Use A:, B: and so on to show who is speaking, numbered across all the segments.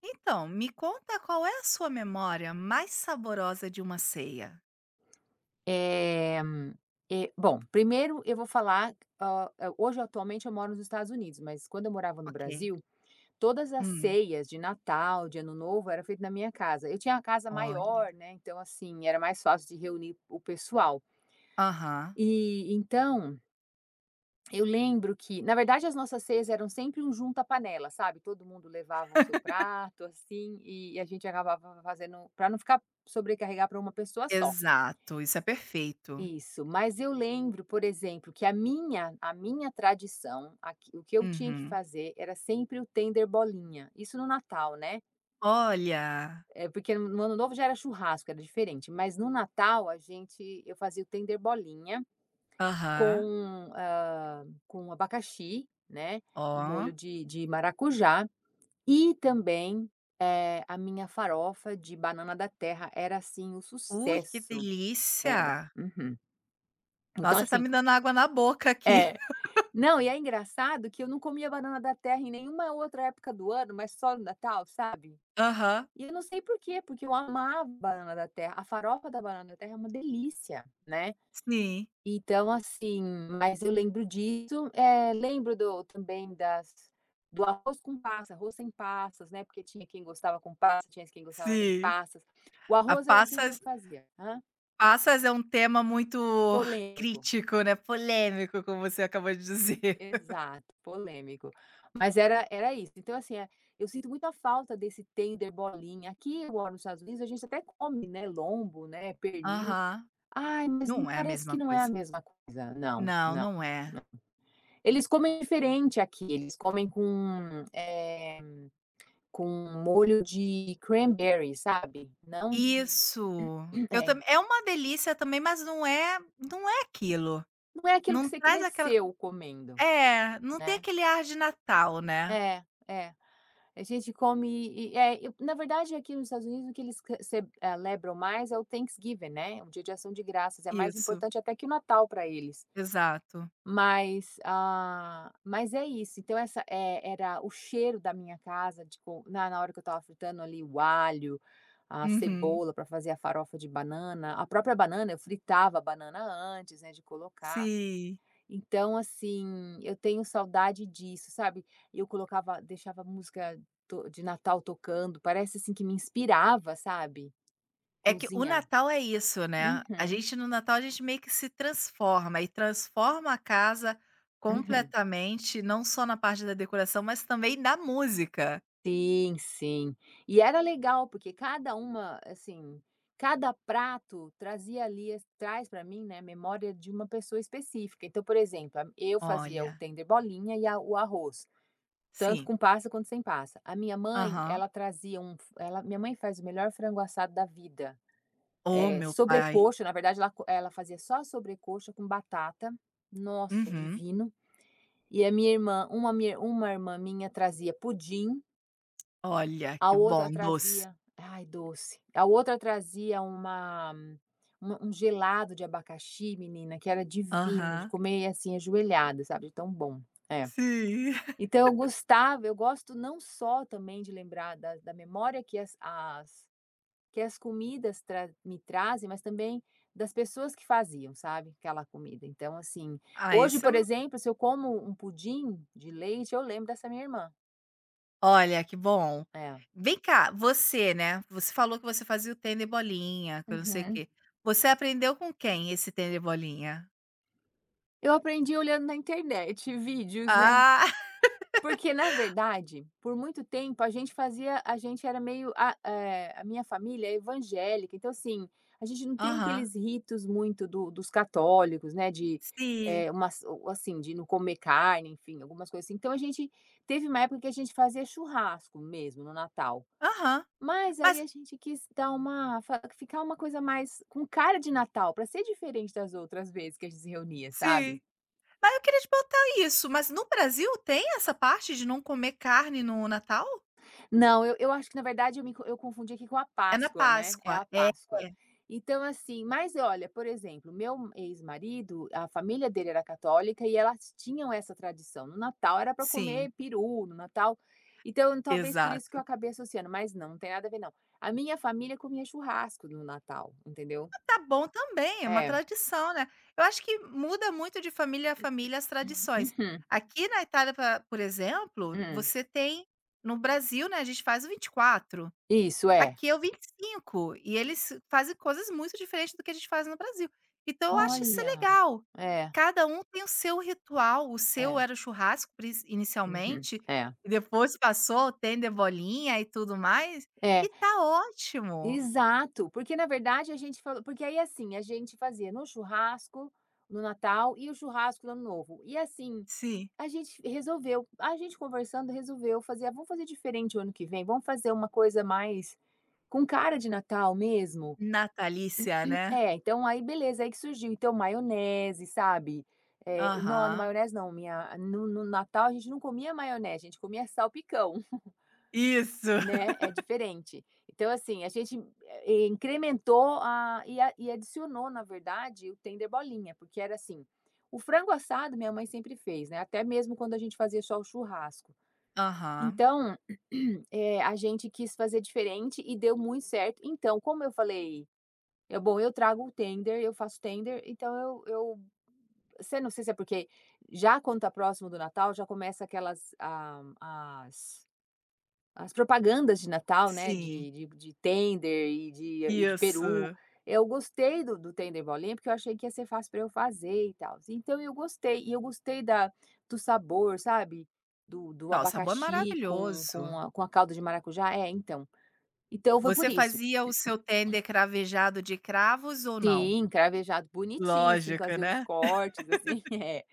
A: Então, me conta qual é a sua memória mais saborosa de uma ceia?
B: Eh, e bom, primeiro eu vou falar, hã, hoje atualmente eu moro nos Estados Unidos, mas quando eu morava no
A: Ok.
B: Brasil, todas as
A: Hum,
B: ceias de Natal, de Ano Novo, era feita na minha casa. Eu tinha uma casa
A: olha.
B: maior, né, então assim, era mais fácil de reunir o pessoal.
A: Aham.
B: E então, eu lembro que na verdade as nossas ceias eram sempre um junta panela, sabe, todo mundo levava o seu prato, assim, e a gente acabava fazendo para não ficar sobrecarregar para uma pessoa só.
A: Exato, isso é perfeito.
B: Isso, mas eu lembro, por exemplo, que a minha tradição, aqui o que eu tinha que
A: Uhum.
B: fazer era sempre o tender bolinha, isso no Natal, né,
A: Olha.
B: porque no Ano Novo já era churrasco, era diferente, mas no Natal a gente eu fazia o tender bolinha
A: Aham.
B: com, com abacaxi, né, e molho
A: Ó.
B: de maracujá e também, a minha farofa de banana da terra era, assim, o
A: Ui, que
B: sucesso, era.
A: delícia.
B: Uhum. Então
A: Nossa, tá
B: assim
A: me dando água na boca aqui.
B: é. Não, e é engraçado que eu não comia banana da terra em nenhuma outra época do ano, mas só no Natal, sabe.
A: Aham.
B: E eu não sei por quê, porque eu amava banana da terra, a farofa da banana da terra é uma delícia, né.
A: Sim,
B: Então assim, mas eu lembro disso, lembro do também das do arroz com passas, arroz sem passas, né, porque tinha quem gostava com passas, tinha quem gostava sem
A: sim.
B: passas. O
A: A
B: arroz era sempre eu
A: passas
B: que fazia,
A: Passas é um tema muito
B: polêmico.
A: crítico, né, polêmico, como você acabou de dizer.
B: Exato, polêmico. Mas era isso. Então, assim, eu sinto muita falta desse tender, bolinha. Aqui eu nos Estados Unidos, a gente até come, né, lombo, né, pernil.
A: Aham.
B: Ai, mas não
A: Não é a
B: parece que
A: mesma
B: não é a
A: coisa.
B: mesma coisa. Não,
A: Não,
B: não,
A: não é.
B: não. Eles comem diferente aqui, eles comem com molho de cranberry, sabe, não de
A: Isso. Eu
B: é,
A: também é uma delícia também, mas não é aquilo.
B: não é aquilo que
A: Não
B: você
A: traz aquela
B: cresceu comendo,
A: É, não tem
B: né.
A: aquele ar de Natal, né.
B: É, é. A gente come e é, eu na verdade, aqui nos Estados Unidos, o que eles c ce celebram mais é o Thanksgiving, né, o Dia de Ação de Graças, é mais
A: Isso,
B: importante até que o Natal para eles.
A: exato.
B: Ah, mas é isso, então essa era o cheiro da minha casa de co na hora que eu estava fritando ali o alho, a
A: Uhum.
B: cebola para fazer a farofa de banana, a própria banana, eu fritava a banana antes, né, de colocar.
A: Sim.
B: Então, assim, eu tenho saudade disso, sabe. Eu colocava deixava música to de Natal tocando, parece, assim, que me inspirava, sabe,
A: É que o
B: cozinhar.
A: Natal é isso, né, a
B: Uhum,
A: gente no Natal a gente meio que se transforma e transforma a casa
B: uhum.
A: completamente, não só na parte da decoração, mas também da música.
B: Sim, sim. E era legal, porque assim, cada prato trazia ali as traz para mim, né, memória de uma pessoa específica. Então, por exemplo, a eu fazia o
A: Olha,
B: tender bolinha e a o arroz. Tanto
A: sim.
B: com passa quanto sem passa. A minha mãe,
A: Aham.
B: ela trazia um ela Minha mãe faz o melhor frango assado da vida,
A: Oh, meu pai.
B: sobrecoxa, na verdade ela fazia só a sobrecoxa com batata, nossa,
A: Uhum.
B: divino. E a minha irmã uma minha uma irmã minha trazia pudim,
A: Olha,
B: a
A: que bom,
B: outra
A: doce.
B: trazia ai, doce. A outra trazia uma um gelado de abacaxi, menina, que era divino, de
A: Aham.
B: comer, assim, ajoelhada, sabe, de tão bom. É.
A: Sim.
B: Então eu gosto não só também de lembrar da memória que as as que as comidas tra me trazem, mas também das pessoas que faziam, sabe, aquela comida. Então assim,
A: Ah,
B: hoje,
A: isso é
B: por
A: um
B: exemplo, se eu como um pudim de leite, eu lembro dessa minha irmã.
A: Olha, que bom.
B: É.
A: Vem cá, você, né, você falou que você fazia o tênis bolinha, que eu não sei o
B: Uhum.
A: quê. Você aprendeu com quem esse tênis bolinha?
B: Eu aprendi olhando na internet vídeos, é, né.
A: Ah.
B: Porque na verdade, por muito tempo a gente era meio a minha família é evangélica, então assim, a gente não tem
A: Aham.
B: aqueles ritos muito do dos católicos, né, de,
A: Sim.
B: assim, de não comer carne, enfim, algumas coisas assim. Então a gente teve uma época que a gente fazia churrasco mesmo no Natal,
A: Aham.
B: mas
A: Mas
B: aí a gente quis dar uma fa ficar uma coisa mais com cara de Natal, para ser diferente das outras vezes que a gente se reunia, sabe?
A: Sim. Mas eu queria te perguntar isso, mas no Brasil tem essa parte de não comer carne no Natal?
B: Não, eu acho que na verdade eu confundi aqui com a
A: É na
B: Páscoa, né, é
A: Páscoa.
B: a
A: É,
B: Páscoa. Então assim, mas olha, por exemplo, meu ex-marido, a família dele era católica e elas tinham essa tradição, no Natal era para
A: sim,
B: comer peru, no Natal então talvez por isso que eu
A: exato.
B: acabei associando, mas não, não tem nada a ver não. A minha família comia churrasco no Natal, entendeu?
A: Tá bom também, é uma
B: É.
A: tradição, né. Eu acho que muda muito de família a família as tradições.
B: Uhum,
A: Aqui na Itália, pra por exemplo,
B: hum.
A: você tem no Brasil, né, a gente faz o 24,
B: Isso, é.
A: aqui é o 25 e eles fazem coisas muito diferentes do que a gente faz no Brasil. Então eu acho isso
B: Olha.
A: legal.
B: É,
A: Cada um tem o seu ritual, o seu
B: é.
A: era o churrasco pris
B: Uhum.
A: inicialmente,
B: É,
A: e depois passou tem de bolinha e tudo mais, e
B: é.
A: tá ótimo.
B: Exato, porque na verdade a gente falou porque aí, assim, a gente fazia no churrasco, no Natal e o churrasco no Ano Novo. E assim,
A: Sim.
B: a gente conversando resolveu fazer: "Ah, vamos fazer diferente o ano que vem, vamos fazer uma coisa mais com cara de Natal mesmo".
A: Natalícia, né.
B: É, então aí beleza, aí que surgiu, então maionese, sabe, não, no
A: Aham.
B: maionese não, minha no Natal a gente não comia maionese, a gente comia salpicão.
A: Isso.
B: Né, é diferente. Então, assim, a gente, incrementou a e adicionou, na verdade, o tender bolinha, porque era assim, o frango assado minha mãe sempre fez, né, até mesmo quando a gente fazia só o churrasco.
A: Aham.
B: Então, a gente quis fazer diferente e deu muito certo. Então, como eu falei: "Eu bom, eu trago o tender, eu faço tender", então eu você não sei se é porque já quando tá próximo do Natal, já começa aquelas, ah, as propagandas de Natal, né,
A: Sim,
B: de tender e de peru.
A: isso.
B: Eu gostei do tender bolinha, porque eu achei que ia ser fácil para eu fazer e tal. Então eu gostei, e eu gostei da do sabor, sabe, do
A: Não, o sabor é
B: abacaxi com
A: maravilhoso.
B: com a com a calda de maracujá. É, então. Então foi por
A: Você
B: isso.
A: fazia o seu tender cravejado de cravos ou não?
B: Sim, cravejado bonitinho, assim,
A: Lógico,
B: fazer os
A: né.
B: cortes, assim. É.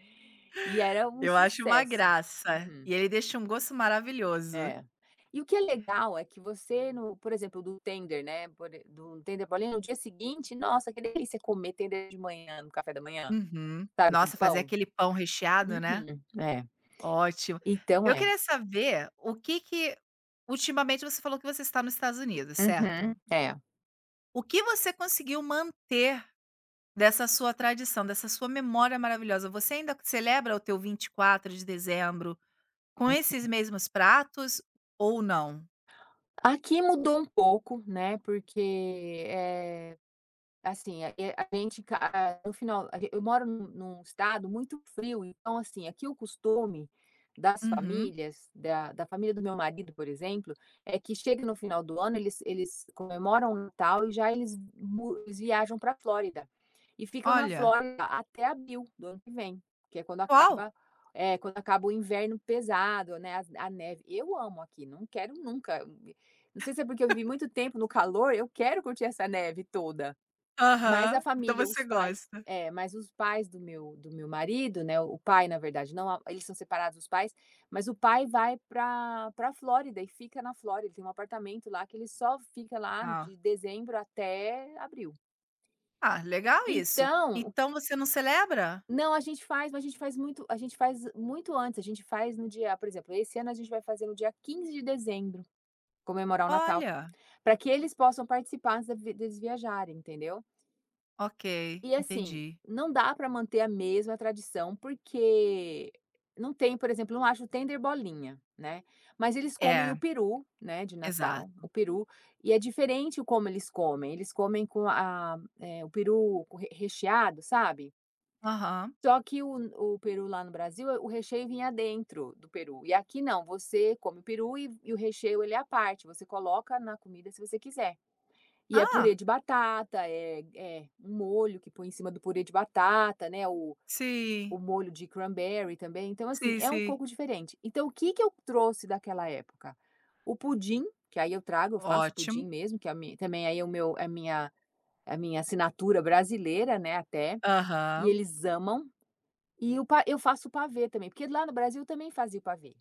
B: E era um
A: Eu acho uma
B: sucesso.
A: graça.
B: Uhum.
A: E ele deixa um gosto maravilhoso.
B: É. E o que é legal é que você no por exemplo, do tender, né, por e do tender bolinha, no dia seguinte, nossa, que delícia comer tender de manhã, no café da manhã,
A: Uhum.
B: sabe, com
A: Nossa, fazer
B: pão.
A: aquele pão recheado, né.
B: Uhum. É.
A: Ótimo.
B: Então
A: Eu
B: é.
A: queria saber o que que Ultimamente você falou que você está nos Estados Unidos, certo?
B: Uhum. É.
A: O que você conseguiu manter Dessa sua tradição, dessa sua memória maravilhosa, você ainda celebra o teu 24 de dezembro com esses mesmos pratos ou não?
B: Aqui mudou um pouco, né, porque, assim, a gente ca a- no final eu moro num estado muito frio, então, assim, aqui o costume das
A: Uhum.
B: famílias, da família do meu marido, por exemplo, é que chega no final do ano, eles comemoram o Natal e já eles viajam pra Flórida e ficam na
A: Olha,
B: Flórida até abril do ano que vem, que
A: qual
B: é, quando acaba o inverno pesado, né, as a neve. Eu amo aqui, não quero nunca não sei se é porque eu vivi muito tempo no calor, eu quero curtir essa neve toda. Mas a
A: Aham, então
B: família,
A: você
B: os pais,
A: gosta.
B: é, mas os pais do meu marido, né, o pai na verdade não a eles são separados os pais, mas o pai vai para pra Flórida e fica na Flórida, ele tem um apartamento lá que ele só fica lá
A: Ah,
B: de dezembro até abril.
A: ah, legal isso.
B: Então
A: Então você não celebra?
B: não, a gente faz, mas a gente faz muito antes, a gente faz no dia por exemplo, esse ano a gente vai fazer no dia 15 de dezembro, comemorar o Natal,
A: Olha,
B: para que eles possam participar antes de deles viajarem, entendeu?
A: ok,
B: E assim,
A: entendi.
B: não dá para manter a mesma tradição, porque não tem, por exemplo, não acho tender bolinha, né. Mas eles comem
A: É,
B: o peru, né, de Natal,
A: exato.
B: o peru, e é diferente o como eles comem o peru co re recheado, sabe.
A: Aham.
B: Só que o peru lá no Brasil, o recheio vinha dentro do peru, e aqui não, você come o peru e o recheio ele é à parte, você coloca na comida se você quiser. E é purê
A: Ah,
B: de batata, é um molho que põe em cima do purê de batata, né, o
A: sim,
B: o molho de cranberry também, então assim,
A: sim,
B: é um
A: sim.
B: pouco diferente. Então o que que eu trouxe daquela época? O pudim, que aí eu trago, eu faço
A: Ótimo.
B: pudim mesmo, que é a mi também aí é o meu é a minha assinatura brasileira, né, até, e
A: Aham,
B: eles amam. E o pa eu faço o pavê também, porque lá no Brasil eu também fazia o pavê,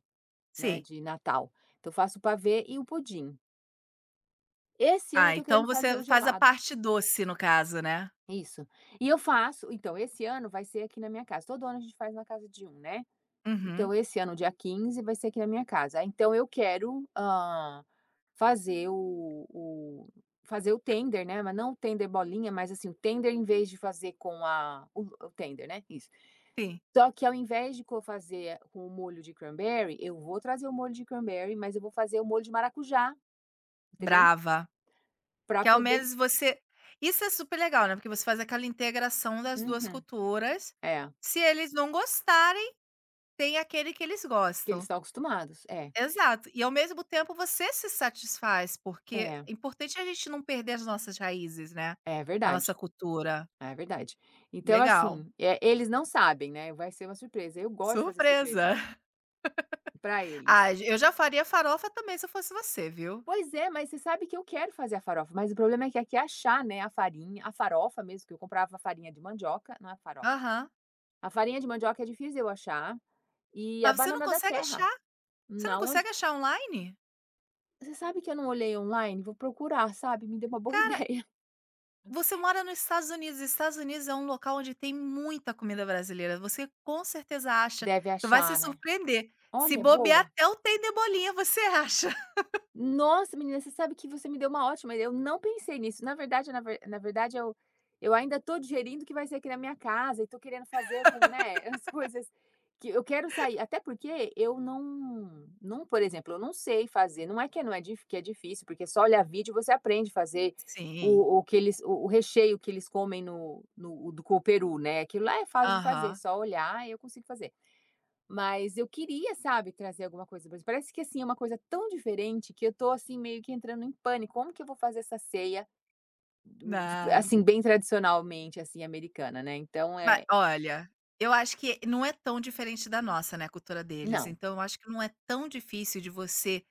B: né,
A: sim.
B: de Natal. Então eu faço o pavê e o pudim. Esse ano eu
A: Ah,
B: estou
A: então
B: querendo fazer
A: você
B: o
A: faz a
B: gelado.
A: parte doce, no caso, né?
B: Isso. E eu faço então, esse ano vai ser aqui na minha casa. Todo ano a gente faz na casa de um, né. Então
A: Uhum.
B: esse ano, dia 15 vai ser aqui na minha casa. Então eu quero, fazer o o fazer o tender, né, mas não o tender bolinha, mas assim, o tender em vez de fazer com a o tender, né, isso.
A: Sim,
B: Só que ao invés de co fazer com o molho de cranberry, eu vou trazer o molho de cranberry, mas eu vou fazer o molho de maracujá, entendeu?
A: brava.
B: Pra
A: Que ao
B: poder
A: menos você Isso é super legal, né, porque você faz aquela integração das 2
B: uhum.
A: culturas.
B: É,
A: Se eles não gostarem, tem aquele que eles
B: que eles
A: gostam.
B: estão acostumados.
A: Exato. E ao mesmo tempo você se satisfaz, porque
B: É,
A: é importante a gente não perder as nossas raízes, né,
B: é
A: a nossa
B: verdade.
A: cultura.
B: É verdade. Então,
A: Legal.
B: assim, eles não sabem, né, vai ser uma surpresa. Eu gosto de fazer surpresa
A: Surpresa.
B: para
A: Ah,
B: eles.
A: eu já faria farofa também se eu fosse você, viu.
B: "Pois é, mas você sabe que eu quero fazer a farofa", mas o problema é que aqui é achar, né, a farinha a farofa mesmo, que eu comprava farinha de mandioca não é farofa.
A: Aham.
B: A farinha de mandioca é difícil eu achar, e a
A: Mas você não
B: banana da
A: consegue
B: terra,
A: achar? Você não
B: na onde
A: consegue achar online?
B: você sabe que eu não olhei online? Vou procurar, sabe, me deu uma boa
A: Cara,
B: ideia.
A: você mora nos Estados Unidos, Estados Unidos é um local onde tem muita comida brasileira, você com certeza acha,
B: Deve
A: tu vai se
B: achar, né.
A: surpreender, se
B: Olha,
A: bobear
B: boa.
A: até o tem de bolinha você acha.
B: Nossa, menina, você sabe que você me deu uma ótima ideia, eu não pensei nisso. Na verdade, eu ainda tô digerindo o que vai ser aqui na minha casa e tô querendo fazer com, né, as coisas que eu quero sair. Até porque eu não, por exemplo, eu não sei fazer, não é dif que é difícil, porque só olhar vídeo você aprende a fazer
A: Sim,
B: o recheio que eles comem no no o do com o peru, né, aquilo lá é fácil de fazer, é
A: aham.
B: só olhar e eu consigo fazer. Mas eu queria, sabe, trazer alguma coisa pra eles. Parece que, assim, é uma coisa tão diferente que eu tô, assim, meio que entrando em pânico. Como que eu vou fazer essa ceia, do de
A: Nada.
B: assim, bem tradicionalmente, assim, americana, né. Então,
A: Ma
B: é
A: olha, eu acho que não é tão diferente da nossa, né, a cultura deles,
B: não.
A: então eu acho que não é tão difícil de você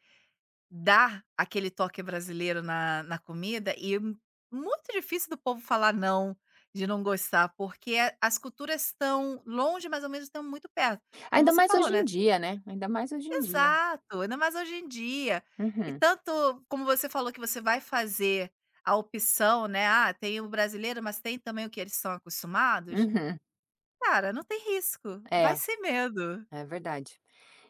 A: dar aquele toque brasileiro na comida e é muito difícil do povo falar não, de não gostar, porque as culturas estão longe, mas ao mesmo tempo muito perto, como
B: Ainda
A: você
B: mais
A: falou,
B: hoje em
A: né.
B: dia, né, ainda mais hoje em dia.
A: Exato, ainda mais hoje em dia. E
B: Uhum,
A: tanto como você falou que você vai fazer a opção, né, ah, tem o brasileiro, mas tem também o que eles são acostumados.
B: uhum.
A: Cara, não tem risco, vai
B: É,
A: sem medo.
B: verdade.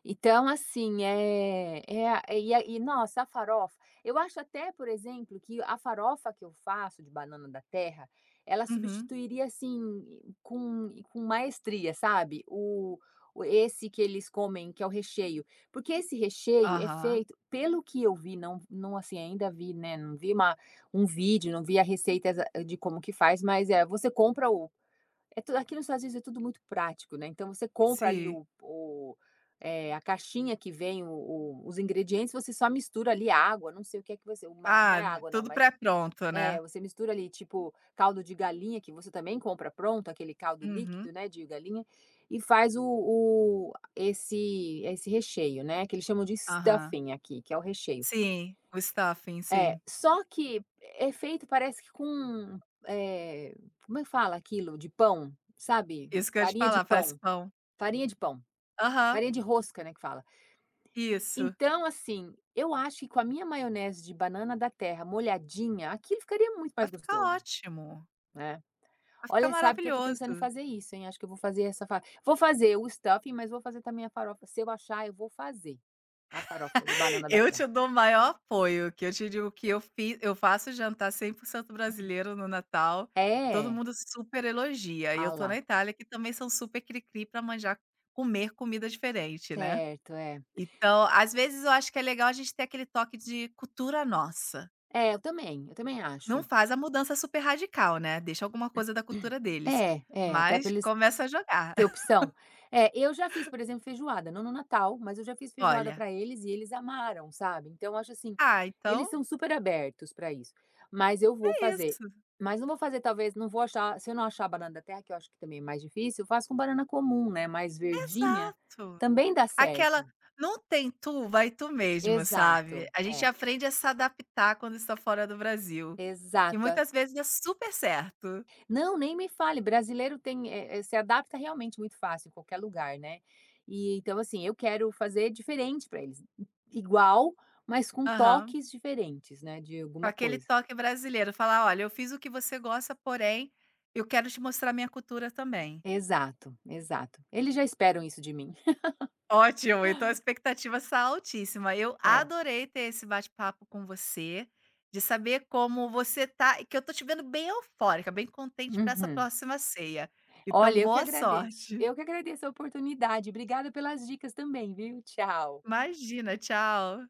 B: Então, assim, é é a é- e a e nossa, a farofa eu acho até, por exemplo, que a farofa que eu faço de banana da terra, ela
A: Uhum.
B: substituiria, assim, com maestria, sabe, o esse que eles comem, que é o recheio. Porque esse recheio é
A: Aham,
B: feito pelo que eu vi, não, assim, ainda vi, né, não vi uma um vídeo, não vi a receita exa de como que faz, mas é, você compra é tudo aqui nos Estados Unidos é tudo muito prático, né, então você compra ali
A: sim.
B: a caixinha que vem o os ingredientes, você só mistura ali água, não sei o que é que você uma não
A: Ah,
B: é água não,
A: tudo
B: mas
A: pré-pronto,
B: é,
A: né.
B: você mistura ali, tipo, caldo de galinha, que você também compra pronto, aquele caldo líquido,
A: Uhum.
B: né, de galinha, e faz o esse esse recheio, né, que eles chamam de
A: Aham.
B: stuffing aqui, que é o recheio.
A: Sim, o stuffing,
B: É,
A: sim.
B: só que é feito parece que com, eh, como é que fala aquilo? De pão, sabe?
A: Isso que eu ia te falar, parece pão.
B: Farinha de pão,
A: Aham,
B: farinha de rosca, né, que fala.
A: isso.
B: Então, assim, eu acho que com a minha maionese de banana da terra molhadinha, aquilo ficaria muito
A: Vai
B: mais
A: ficar
B: gostoso,
A: ótimo,
B: né.
A: vai ficar
B: Olha, sabe que eu tô pensando em
A: maravilhoso.
B: fazer isso, hein, acho que eu vou fazer essa fa vou fazer o stuffing, mas vou fazer também a farofa. Se eu achar, eu vou fazer a farofa de banana da
A: Eu
B: terra.
A: te dou o maior apoio, que eu te digo que eu fiz, eu faço jantar 100% brasileiro no Natal, todo
B: É?
A: mundo super elogia, e eu
B: Ah
A: tô na
B: lá,
A: Itália, que também são super cri-cri pra manjar comer comida diferente, né.
B: certo, é.
A: Então, às vezes, eu acho que é legal a gente ter aquele toque de cultura nossa.
B: É, eu também
A: Não
B: acho.
A: faz a mudança super radical, né, deixa alguma coisa da cultura deles,
B: É, é, até para
A: mas
B: eles
A: começa a jogar.
B: ter opção. É, eu já fiz, por exemplo, feijoada, não no Natal, mas eu já fiz feijoada
A: Olha,
B: para eles e eles amaram, sabe. Então eu acho assim,
A: ah,
B: eles
A: então
B: são super abertos para isso. Mas eu vou
A: É
B: fazer,
A: isso.
B: mas não vou fazer talvez não vou achar se eu não achar a banana da terra, que eu acho que também é mais difícil, eu faço com banana comum, né, mais verdinha,
A: Exato.
B: também dá
A: Aquela
B: certo.
A: Não tem tu, vai tu mesmo, sabe.
B: Exato,
A: A gente
B: é,
A: aprende a se adaptar quando está fora do Brasil, e
B: exato.
A: muitas vezes dá super certo.
B: Não, nem me fale, brasileiro tem se adapta realmente muito fácil em qualquer lugar, né. E então, assim, eu quero fazer diferente para eles, igual, mas com
A: Aham.
B: toques diferentes, né, de
A: Com
B: alguma
A: aquele
B: coisa.
A: toque brasileiro, falar: "Olha, eu fiz o que você gosta, porém, eu quero te mostrar minha cultura também".
B: Exato, exato. Eles já esperam isso de mim.
A: Ótimo, então a expectativa está altíssima. Eu
B: É.
A: adorei ter esse bate-papo com você, de saber como você tá, e que eu tô te vendo bem eufórica, bem contente para essa
B: Uhum.
A: próxima ceia. Então,
B: Olha, eu que
A: boa
B: agradeço.
A: sorte.
B: Eu que agradeço a oportunidade. Obrigada pelas dicas também, viu. Tchau.
A: Imagina, tchau.